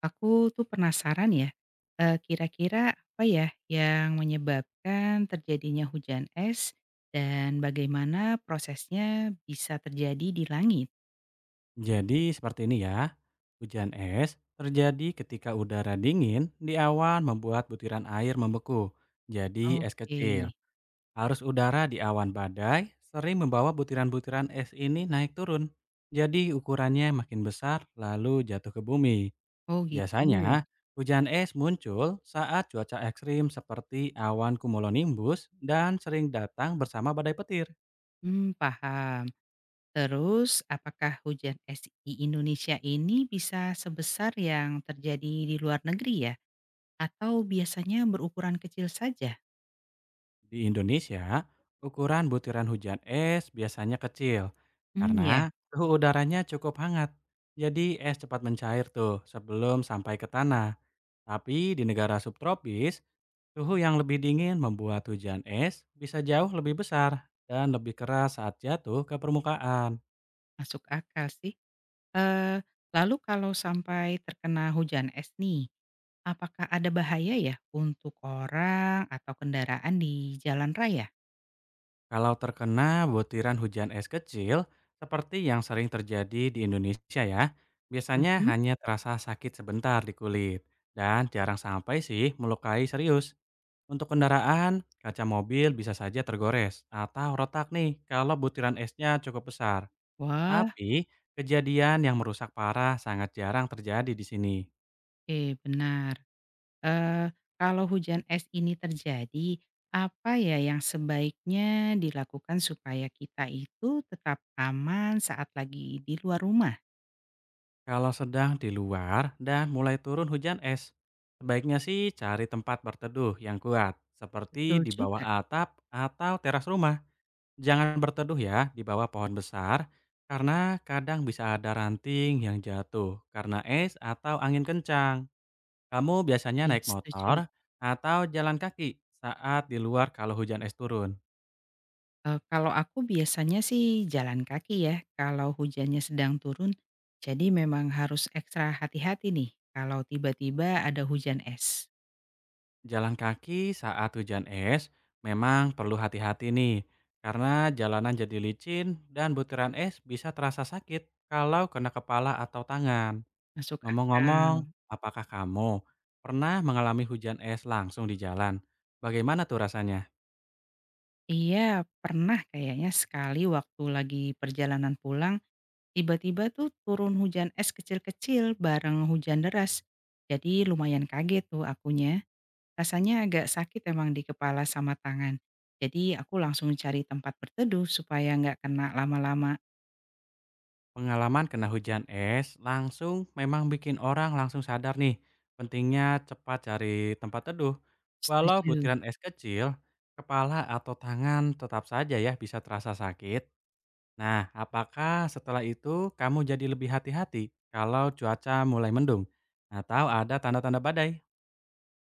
Aku tuh penasaran ya, kira-kira apa ya yang menyebabkan terjadinya hujan es dan bagaimana prosesnya bisa terjadi di langit? Jadi seperti ini ya, hujan es terjadi ketika udara dingin di awan membuat butiran air membeku. Jadi es Oke. kecil. Arus udara di awan badai sering membawa butiran-butiran es ini naik turun. Jadi ukurannya makin besar lalu jatuh ke bumi. Oh gitu. Biasanya hujan es muncul saat cuaca ekstrim seperti awan cumulonimbus dan sering datang bersama badai petir. Mmm, paham. Terus apakah hujan es di Indonesia ini bisa sebesar yang terjadi di luar negeri ya? Atau biasanya berukuran kecil saja? Di Indonesia, ukuran butiran hujan es biasanya kecil Hmm, ya, karena suhu udaranya cukup hangat. Jadi es cepat mencair tuh sebelum sampai ke tanah. Tapi di negara subtropis, suhu yang lebih dingin membuat hujan es bisa jauh lebih besar dan lebih keras saat jatuh ke permukaan. masuk akal sih. Eee, Lalu kalau sampai terkena hujan es nih, apakah ada bahaya ya untuk orang atau kendaraan di jalan raya? Kalau terkena butiran hujan es kecil, seperti yang sering terjadi di Indonesia ya, biasanya Mhm. hanya terasa sakit sebentar di kulit, dan jarang sampai sih melukai serius. Untuk kendaraan, kaca mobil bisa saja tergores atau retak nih kalau butiran esnya cukup besar. Wah, Tapi, kejadian yang merusak parah sangat jarang terjadi di sini. oke, benar. Eee, Kalau hujan es ini terjadi, apa ya yang sebaiknya dilakukan supaya kita itu tetap aman saat lagi di luar rumah? Kalau sedang di luar dan mulai turun hujan es, sebaiknya sih cari tempat berteduh yang kuat, seperti Betul di bawah juga, atap atau teras rumah. Jangan berteduh ya di bawah pohon besar, karena kadang bisa ada ranting yang jatuh karena es atau angin kencang. Kamu biasanya iya naik setuju. motor atau jalan kaki saat di luar kalau hujan es turun. Kalau aku biasanya sih jalan kaki ya kalau hujannya sedang turun, jadi memang harus ekstra hati-hati nih kalau tiba-tiba ada hujan es. Jalan kaki saat hujan es memang perlu hati-hati nih, karena jalanan jadi licin dan butiran es bisa terasa sakit kalau kena kepala atau tangan. Masuk akal. Ngomong-ngomong, apakah kamu pernah mengalami hujan es langsung di jalan? Bagaimana tuh rasanya? Iya, pernah kayaknya sekali waktu lagi perjalanan pulang, tiba-tiba tuh turun hujan es kecil-kecil bareng hujan deras. Jadi lumayan kaget tuh akunya. Rasanya agak sakit emang di kepala sama tangan. Jadi aku langsung cari tempat berteduh supaya nggak kena lama-lama. Pengalaman kena hujan es langsung memang bikin orang langsung sadar nih, pentingnya cepat cari tempat teduh. Walau Setuju. butiran es kecil, kepala atau tangan tetap saja ya bisa terasa sakit. Nah, apakah setelah itu kamu jadi lebih hati-hati kalau cuaca mulai mendung atau ada tanda-tanda badai?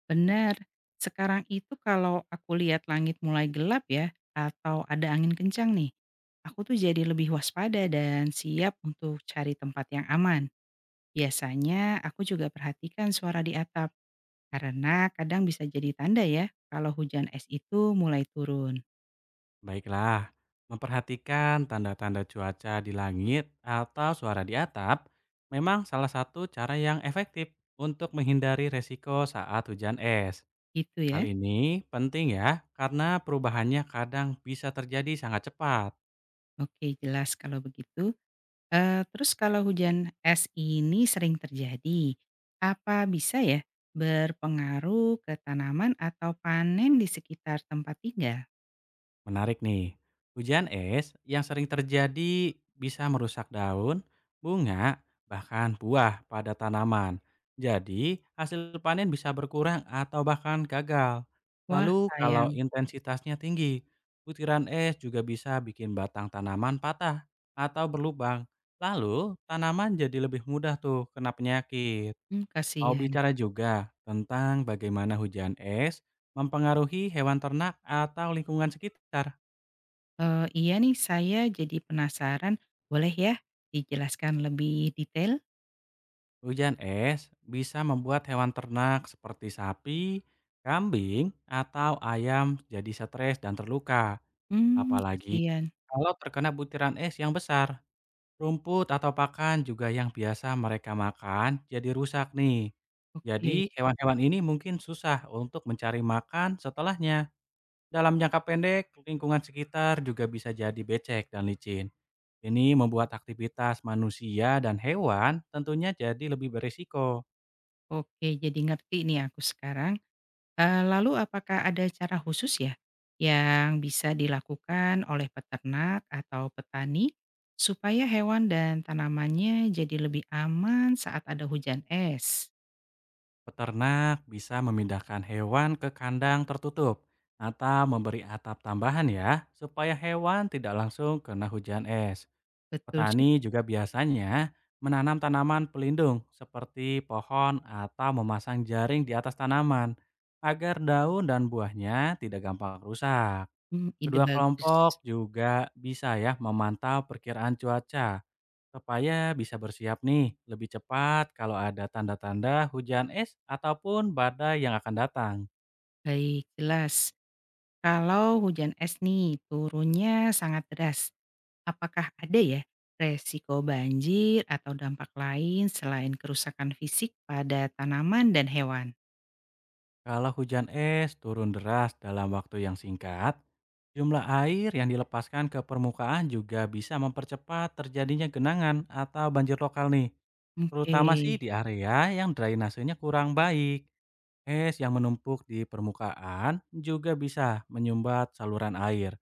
Benar. Sekarang itu kalau aku lihat langit mulai gelap ya, atau ada angin kencang nih, aku tuh jadi lebih waspada dan siap untuk cari tempat yang aman. Biasanya aku juga perhatikan suara di atap, karena kadang bisa jadi tanda ya kalau hujan es itu mulai turun. Baiklah, memperhatikan tanda-tanda cuaca di langit atau suara di atap memang salah satu cara yang efektif untuk menghindari resiko saat hujan es. Gitu Hal ya. ini penting ya, karena perubahannya kadang bisa terjadi sangat cepat. Oke, jelas kalau begitu. Terus kalau hujan es ini sering terjadi, apa bisa ya berpengaruh ke tanaman atau panen di sekitar tempat tinggal? Menarik nih. Hujan es yang sering terjadi bisa merusak daun, bunga, bahkan buah pada tanaman. Jadi, hasil panen bisa berkurang atau bahkan gagal. Wah, Lalu, sayang. kalau intensitasnya tinggi, butiran es juga bisa bikin batang tanaman patah atau berlubang. Lalu, tanaman jadi lebih mudah tuh kena penyakit. Mmm, Mau kasihan. bicara juga tentang bagaimana hujan es mempengaruhi hewan ternak atau lingkungan sekitar. Iya nih, saya jadi penasaran, boleh ya dijelaskan lebih detail? Hujan es bisa membuat hewan ternak seperti sapi, kambing, atau ayam jadi stres dan terluka. Hmm, Apalagi kasihan. kalau terkena butiran es yang besar, rumput atau pakan juga yang biasa mereka makan jadi rusak nih. Oke Jadi hewan-hewan ini mungkin susah untuk mencari makan setelahnya. Dalam jangka pendek, lingkungan sekitar juga bisa jadi becek dan licin. Ini membuat aktivitas manusia dan hewan tentunya jadi lebih berisiko. oke jadi ngerti nih aku sekarang. Lalu apakah ada cara khusus ya, yang bisa dilakukan oleh peternak atau petani supaya hewan dan tanamannya jadi lebih aman saat ada hujan es? Peternak bisa memindahkan hewan ke kandang tertutup atau memberi atap tambahan ya, supaya hewan tidak langsung kena hujan es. Betul juga. Petani juga biasanya menanam tanaman pelindung seperti pohon atau memasang jaring di atas tanaman agar daun dan buahnya tidak gampang rusak. Mmm, ide Kedua bagus. kelompok juga bisa ya memantau perkiraan cuaca supaya bisa bersiap nih lebih cepat kalau ada tanda-tanda hujan es ataupun badai yang akan datang. Baik, jelas. Kalau hujan es nih turunnya sangat deras, apakah ada ya resiko banjir atau dampak lain selain kerusakan fisik pada tanaman dan hewan? Kalau hujan es turun deras dalam waktu yang singkat, jumlah air yang dilepaskan ke permukaan juga bisa mempercepat terjadinya genangan atau banjir lokal nih, Oke. terutama sih di area yang drainasenya kurang baik. Es yang menumpuk di permukaan juga bisa menyumbat saluran air.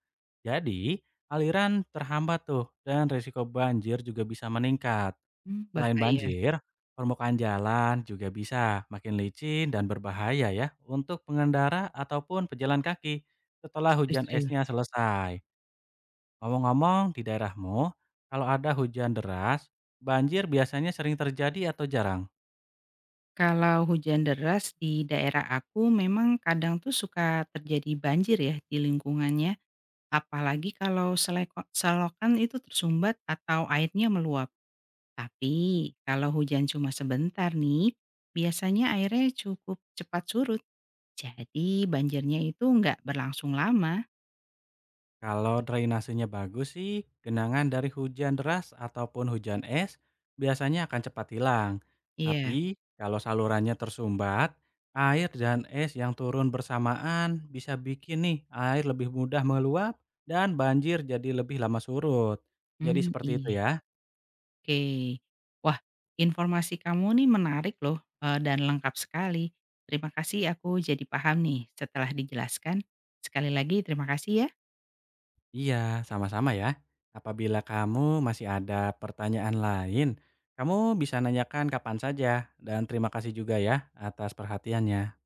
Jadi, aliran terhambat tuh dan risiko banjir juga bisa meningkat. Mmm, Selain bahaya. banjir, permukaan jalan juga bisa makin licin dan berbahaya ya untuk pengendara ataupun pejalan kaki setelah hujan Setuju. esnya selesai. Ngomong-ngomong, di daerahmu, kalau ada hujan deras, banjir biasanya sering terjadi atau jarang? Kalau hujan deras di daerah aku memang kadang tuh suka terjadi banjir ya di lingkungannya, apalagi kalau selokan itu tersumbat atau airnya meluap. Tapi kalau hujan cuma sebentar nih, biasanya airnya cukup cepat surut, jadi banjirnya itu nggak berlangsung lama. Kalau drainasenya bagus sih, genangan dari hujan deras ataupun hujan es biasanya akan cepat hilang. Iya. Tapi kalau salurannya tersumbat, air dan es yang turun bersamaan bisa bikin nih air lebih mudah meluap dan banjir jadi lebih lama surut. Jadi Mmm, seperti itu iya. ya. Oke. Wah, informasi kamu nih menarik loh, dan lengkap sekali. Terima kasih, aku jadi paham nih setelah dijelaskan. Sekali lagi terima kasih ya. Iya, sama-sama ya. Apabila kamu masih ada pertanyaan lain, kamu bisa nanyakan kapan saja. Dan terima kasih juga ya atas perhatiannya.